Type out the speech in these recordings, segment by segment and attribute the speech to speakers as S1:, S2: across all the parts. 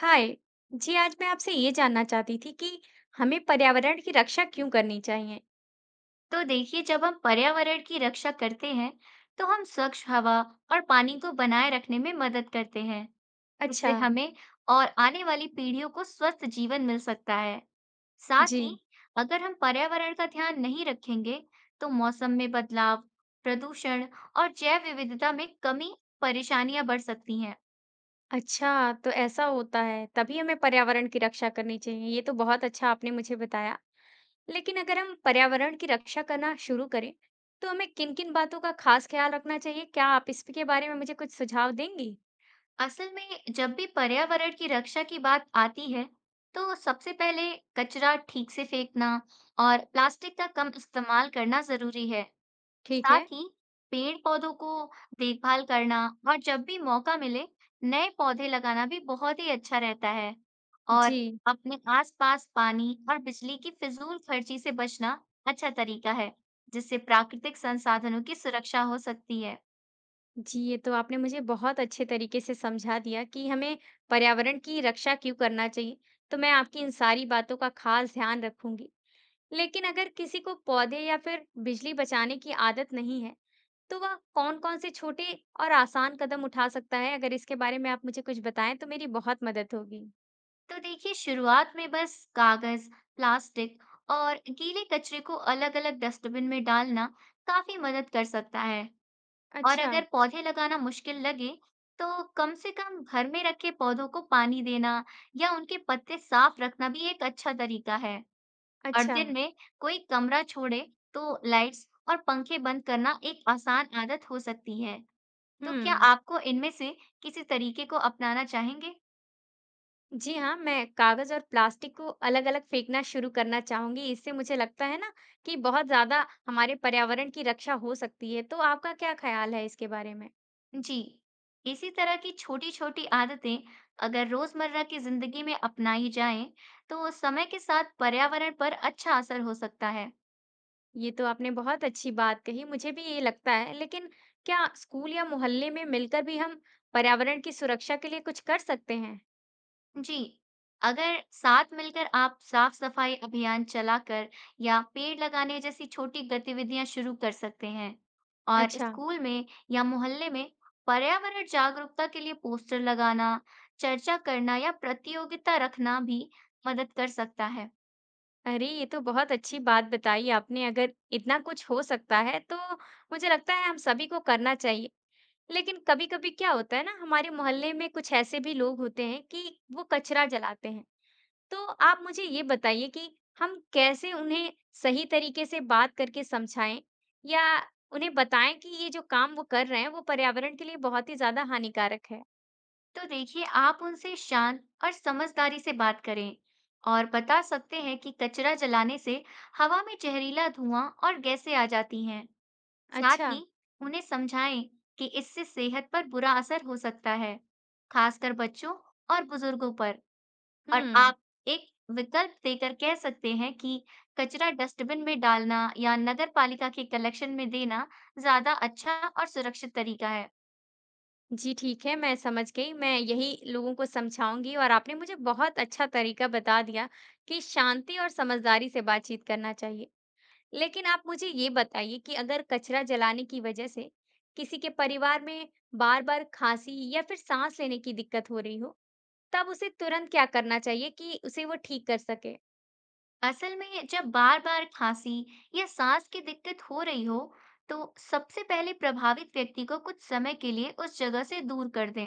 S1: हाय जी। आज मैं आपसे ये जानना चाहती थी कि हमें पर्यावरण की रक्षा क्यों करनी चाहिए।
S2: तो देखिए, जब हम पर्यावरण की रक्षा करते हैं तो हम स्वच्छ हवा और पानी को बनाए रखने में मदद करते हैं। इससे
S1: अच्छा
S2: हमें और आने वाली पीढ़ियों को स्वस्थ जीवन मिल सकता है। साथ
S1: जी।
S2: ही, अगर हम पर्यावरण का ध्यान नहीं रखेंगे तो मौसम में बदलाव, प्रदूषण और जैव विविधता में कमी, परेशानियां बढ़ सकती हैं।
S1: अच्छा, तो ऐसा होता है तभी हमें पर्यावरण की रक्षा करनी चाहिए। ये तो बहुत अच्छा आपने मुझे बताया। लेकिन अगर हम पर्यावरण की रक्षा करना शुरू करें तो हमें किन किन बातों का खास ख्याल रखना चाहिए? क्या आप इसके बारे में मुझे कुछ सुझाव देंगी?
S2: असल में, जब भी पर्यावरण की रक्षा की बात आती है, तो सबसे पहले कचरा ठीक से फेंकना और प्लास्टिक का कम इस्तेमाल करना जरूरी है।
S1: ठीक है।
S2: साथ ही, पेड़ पौधों को देखभाल करना और जब भी मौका मिले, नए पौधे लगाना भी बहुत ही अच्छा रहता है। और
S1: जी।
S2: अपने आसपास पानी और बिजली की फिजूल खर्ची से बचना अच्छा तरीका है, जिससे प्राकृतिक संसाधनों की सुरक्षा हो सकती है।
S1: जी, ये तो आपने मुझे बहुत अच्छे तरीके से समझा दिया कि हमें पर्यावरण की रक्षा क्यों करना चाहिए, तो मैं आपकी इन सारी बातों का खास ध्यान रखूंगी। लेकिन अगर किसी को पौधे या फिर बिजली बचाने की आदत नहीं है, तो वह कौन-कौन से छोटे और आसान कदम उठा सकता है? अगर इसके बारे में आप मुझे कुछ बताएं तो मेरी बहुत मदद होगी।
S2: तो देखिए, शुरुआत में बस कागज, प्लास्टिक और गीले कचरे को अलग-अलग डस्टबिन में डालना काफी मदद कर सकता है। और
S1: अच्छा।
S2: अगर पौधे लगाना मुश्किल लगे, तो कम से कम घर में रखे पौधों को पानी देना या उनके पत्ते साफ रखना भी एक अच्छा तरीका है। और
S1: अच्छा।
S2: दिन में कोई कमरा छोड़े, तो लाइट्स और पंखे बंद करना एक आसान आदत हो सकती है। तो क्या
S1: हुँ।
S2: आपको इनमें से किसी तरीके को अपनाना चाहेंगे?
S1: जी हाँ, मैं कागज और प्लास्टिक को अलग-अलग फेंकना शुरू करना चाहूंगी। इससे मुझे लगता है ना कि बहुत ज्यादा हमारे पर्यावरण की रक्षा हो सकती है। तो आपका क्या ख्याल है इसके बारे में?
S2: जी, इसी तरह की छोटी छोटी आदतें अगर रोजमर्रा की जिंदगी में अपनाई जाएं तो समय के साथ पर्यावरण पर अच्छा असर हो सकता है।
S1: ये तो आपने बहुत अच्छी बात कही, मुझे भी ये लगता है। लेकिन क्या स्कूल या मोहल्ले में मिलकर भी हम पर्यावरण की सुरक्षा के लिए कुछ कर सकते हैं?
S2: जी, अगर साथ मिलकर आप साफ सफाई अभियान चलाकर या पेड़ लगाने जैसी छोटी गतिविधियां शुरू कर सकते हैं। और
S1: अच्छा।
S2: स्कूल में या मोहल्ले में पर्यावरण जागरूकता के लिए पोस्टर लगाना, चर्चा करना या प्रतियोगिता रखना भी मदद कर सकता है।
S1: अरे, ये तो बहुत अच्छी बात बताई आपने। अगर इतना कुछ हो सकता है तो मुझे लगता है हम सभी को करना चाहिए। लेकिन कभी-कभी क्या होता है ना, हमारे मोहल्ले में कुछ ऐसे भी लोग होते हैं कि वो कचरा जलाते हैं। तो आप मुझे ये बताइए कि हम कैसे उन्हें सही तरीके से बात करके समझाएं, या उन्हें बताएं कि ये जो काम वो कर रहे हैं वो पर्यावरण के लिए बहुत ही ज्यादा हानिकारक है।
S2: तो देखिए, आप उनसे शांत और समझदारी से बात करें और बता सकते हैं कि कचरा जलाने से हवा में जहरीला धुआं और गैसें आ जाती हैं। साथ
S1: अच्छा।
S2: ही, उन्हें समझाएं कि इससे सेहत पर बुरा असर हो सकता है, खासकर बच्चों और बुजुर्गों पर। और
S1: हम्म।
S2: आप एक विकल्प देकर कह सकते हैं कि कचरा डस्टबिन में डालना या नगर पालिका के कलेक्शन में देना ज्यादा अच्छा और सुरक्षित तरीका है।
S1: जी ठीक है, मैं समझ गई। मैं यही लोगों को समझाऊंगी। और आपने मुझे बहुत अच्छा तरीका बता दिया कि शांति और समझदारी से बातचीत करना चाहिए। लेकिन आप मुझे ये बताइए कि अगर कचरा जलाने की वजह से किसी के परिवार में बार-बार खांसी या फिर सांस लेने की दिक्कत हो रही हो, तब उसे तुरंत क्या करना चाहिए कि उसे वो ठीक कर सके?
S2: असल में, जब बार बार खांसी या सांस की दिक्कत हो रही हो तो सबसे पहले प्रभावित व्यक्ति को कुछ समय के लिए उस जगह से दूर कर दें।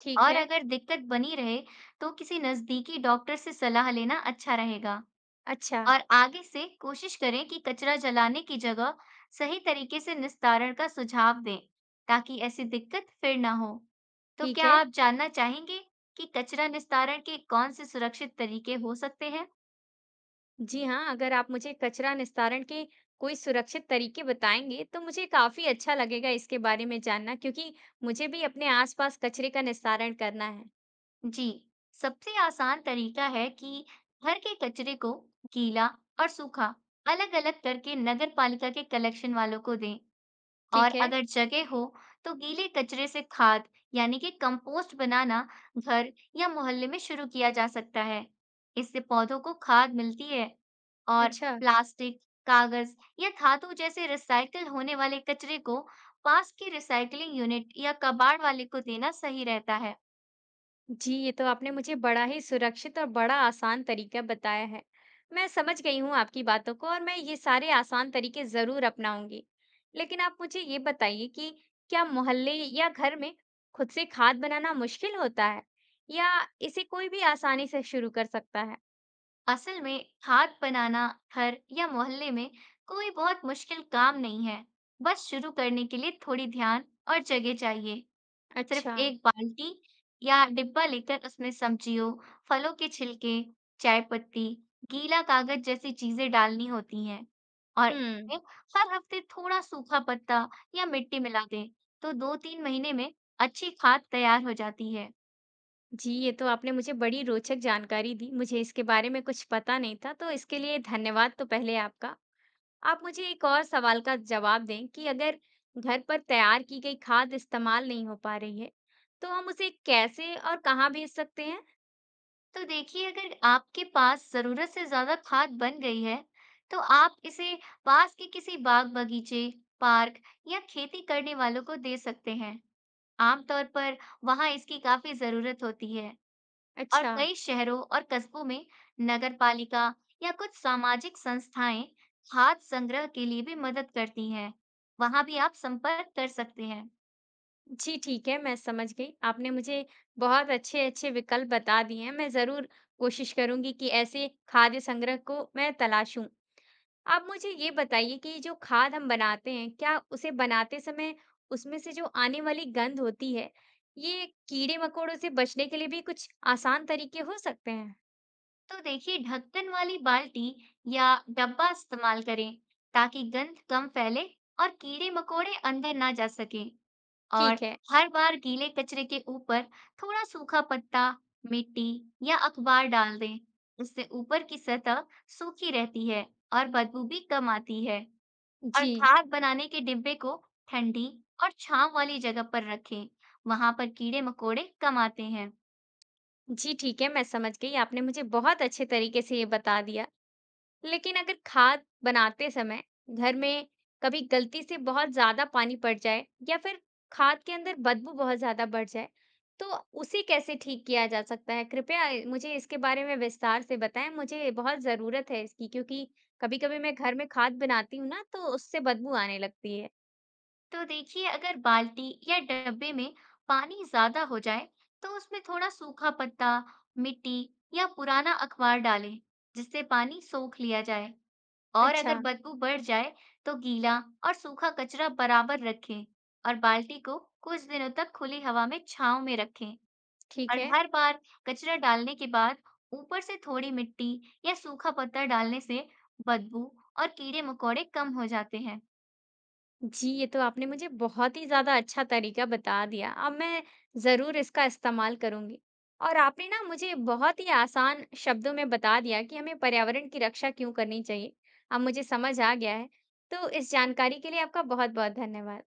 S1: ठीक
S2: और
S1: है।
S2: अगर दिक्कत बनी रहे तो किसी नजदीकी डॉक्टर से सलाह लेना अच्छा रहेगा।
S1: अच्छा।
S2: और आगे से कोशिश करें कि कचरा जलाने की जगह सही तरीके से निस्तारण का सुझाव दें, ताकि ऐसी दिक्कत फिर ना हो। तो
S1: ठीक
S2: क्या
S1: है।
S2: आप जानना चाहेंगे कि कचरा निस्तारण के कौन से सुरक्षित तरीके हो सकते हैं?
S1: जी हाँ, अगर आप मुझे कचरा निस्तारण के कोई सुरक्षित तरीके बताएँगे, तो मुझे काफ़ी अच्छा लगेगा इसके बारे में जानना, क्योंकि मुझे भी अपने आस-पास कचरे का निस्तारण करना है।
S2: जी, सबसे आसान तरीका है कि घर के कचरे को गीला और सूखा अलग अलग करके नगर पालिका के कलेक्शन वालों को दें। और
S1: ठीक है।
S2: अगर जगह हो तो गीले कचरे से खाद, यानी कि कंपोस्ट बनाना घर या मोहल्ले में शुरू किया जा सकता है। इससे पौधों को खाद मिलती है। और
S1: अच्छा।
S2: प्लास्टिक, कागज या धातु जैसे रिसाइकल होने वाले कचरे को पास के रिसाइकलिंग यूनिट या कबाड़ वाले को देना सही रहता है।
S1: जी, ये तो आपने मुझे बड़ा ही सुरक्षित और बड़ा आसान तरीका बताया है। मैं समझ गई हूँ आपकी बातों को, और मैं ये सारे आसान तरीके ज़रूर अपनाऊँगी। लेकिन आप मुझे ये बताइए कि क्या मोहल्ले या घर में खुद से खाद बनाना मुश्किल होता है, या इसे कोई भी आसानी से शुरू कर सकता है?
S2: असल में, खाद बनाना घर या मोहल्ले में कोई बहुत मुश्किल काम नहीं है। बस शुरू करने के लिए थोड़ी ध्यान और जगह चाहिए। सिर्फ
S1: अच्छा।
S2: एक बाल्टी या डिब्बा लेकर उसमें सब्जियों, फलों के छिलके, चाय पत्ती, गीला कागज जैसी चीजें डालनी होती हैं। और
S1: हम्म।
S2: इसमें हर हफ्ते थोड़ा सूखा पत्ता या मिट्टी मिला दें तो दो तीन महीने में अच्छी खाद तैयार हो जाती है।
S1: जी, ये तो आपने मुझे बड़ी रोचक जानकारी दी। मुझे इसके बारे में कुछ पता नहीं था, तो इसके लिए धन्यवाद तो पहले आपका। आप मुझे एक और सवाल का जवाब दें कि अगर घर पर तैयार की गई खाद इस्तेमाल नहीं हो पा रही है, तो हम उसे कैसे और कहाँ भेज सकते हैं?
S2: तो देखिए, अगर आपके पास जरूरत से ज्यादा खाद बन गई है, तो आप इसे पास के किसी बाग बगीचे, पार्क या खेती करने वालों को दे सकते हैं। आमतौर पर वहां इसकी काफी जरूरत होती है। और
S1: अच्छा।
S2: कई शहरों और कस्बों में नगर पालिका या कुछ सामाजिक संस्थाएं खाद संग्रह के लिए भी मदद करती हैं। वहां भी आप संपर्क कर सकते हैं।
S1: जी ठीक है, मैं समझ गई। आपने मुझे बहुत अच्छे-अच्छे विकल्प बता दिए हैं। मैं ज़रूर कोशिश करूंगी कि ऐसे खाद्य संग्रह को मैं तलाशूं। आप मुझे ये बताइए कि जो खाद हम बनाते हैं, क्या उसे बनाते समय उसमें से जो आने वाली गंध होती है, ये कीड़े मकोड़ों से बचने के लिए भी कुछ आसान तरीके हो सकते हैं?
S2: तो देखिए, ढक्कन वाली बाल्टी या डब्बा इस्तेमाल करें, ताकि गंध कम फैले और कीड़े मकोड़े अंदर ना जा सकें।
S1: ठीक
S2: और
S1: है।
S2: हर बार गीले कचरे के ऊपर थोड़ा सूखा पत्ता, मिट्टी या अखबार डाल दें। इससे ऊपर की सतह सूखी रहती है और बदबू भी कम आती है। और
S1: जी।
S2: खाद बनाने के डिब्बे को ठंडी और छांव वाली जगह पर रखें। वहां पर कीड़े मकोड़े कम आते हैं।
S1: जी, ठीक है, मैं समझ गई। आपने मुझे बहुत अच्छे तरीके से ये बता दिया। लेकिन अगर खाद बनाते समय घर में कभी गलती से बहुत ज़्यादा पानी पड़ जाए या फिर खाद के अंदर बदबू बहुत ज़्यादा बढ़ जाए, तो उसे कैसे ठीक किया जा सकता है? कृपया मुझे इसके बारे में विस्तार से बताएँ, मुझे बहुत ज़रूरत है इसकी, क्योंकि कभी-कभी मैं घर में खाद बनाती हूँ ना, तो उससे बदबू आने लगती है।
S2: तो देखिए, अगर बाल्टी या डब्बे में पानी ज्यादा हो जाए तो उसमें थोड़ा सूखा पत्ता, मिट्टी या पुराना अखबार डालें, जिससे पानी सोख लिया जाए। और अगर
S1: अच्छा।
S2: बदबू बढ़ जाए तो गीला और सूखा कचरा बराबर रखें और बाल्टी को कुछ दिनों तक खुली हवा में छांव में रखें।
S1: ठीक
S2: और
S1: है।
S2: हर बार कचरा डालने के बाद ऊपर से थोड़ी मिट्टी या सूखा पत्ता डालने से बदबू और कीड़े मकोड़े कम हो जाते हैं।
S1: जी, ये तो आपने मुझे बहुत ही ज़्यादा अच्छा तरीका बता दिया। अब मैं ज़रूर इसका इस्तेमाल करूँगी। और आपने ना मुझे बहुत ही आसान शब्दों में बता दिया कि हमें पर्यावरण की रक्षा क्यों करनी चाहिए। अब मुझे समझ आ गया है। तो इस जानकारी के लिए आपका बहुत-बहुत धन्यवाद।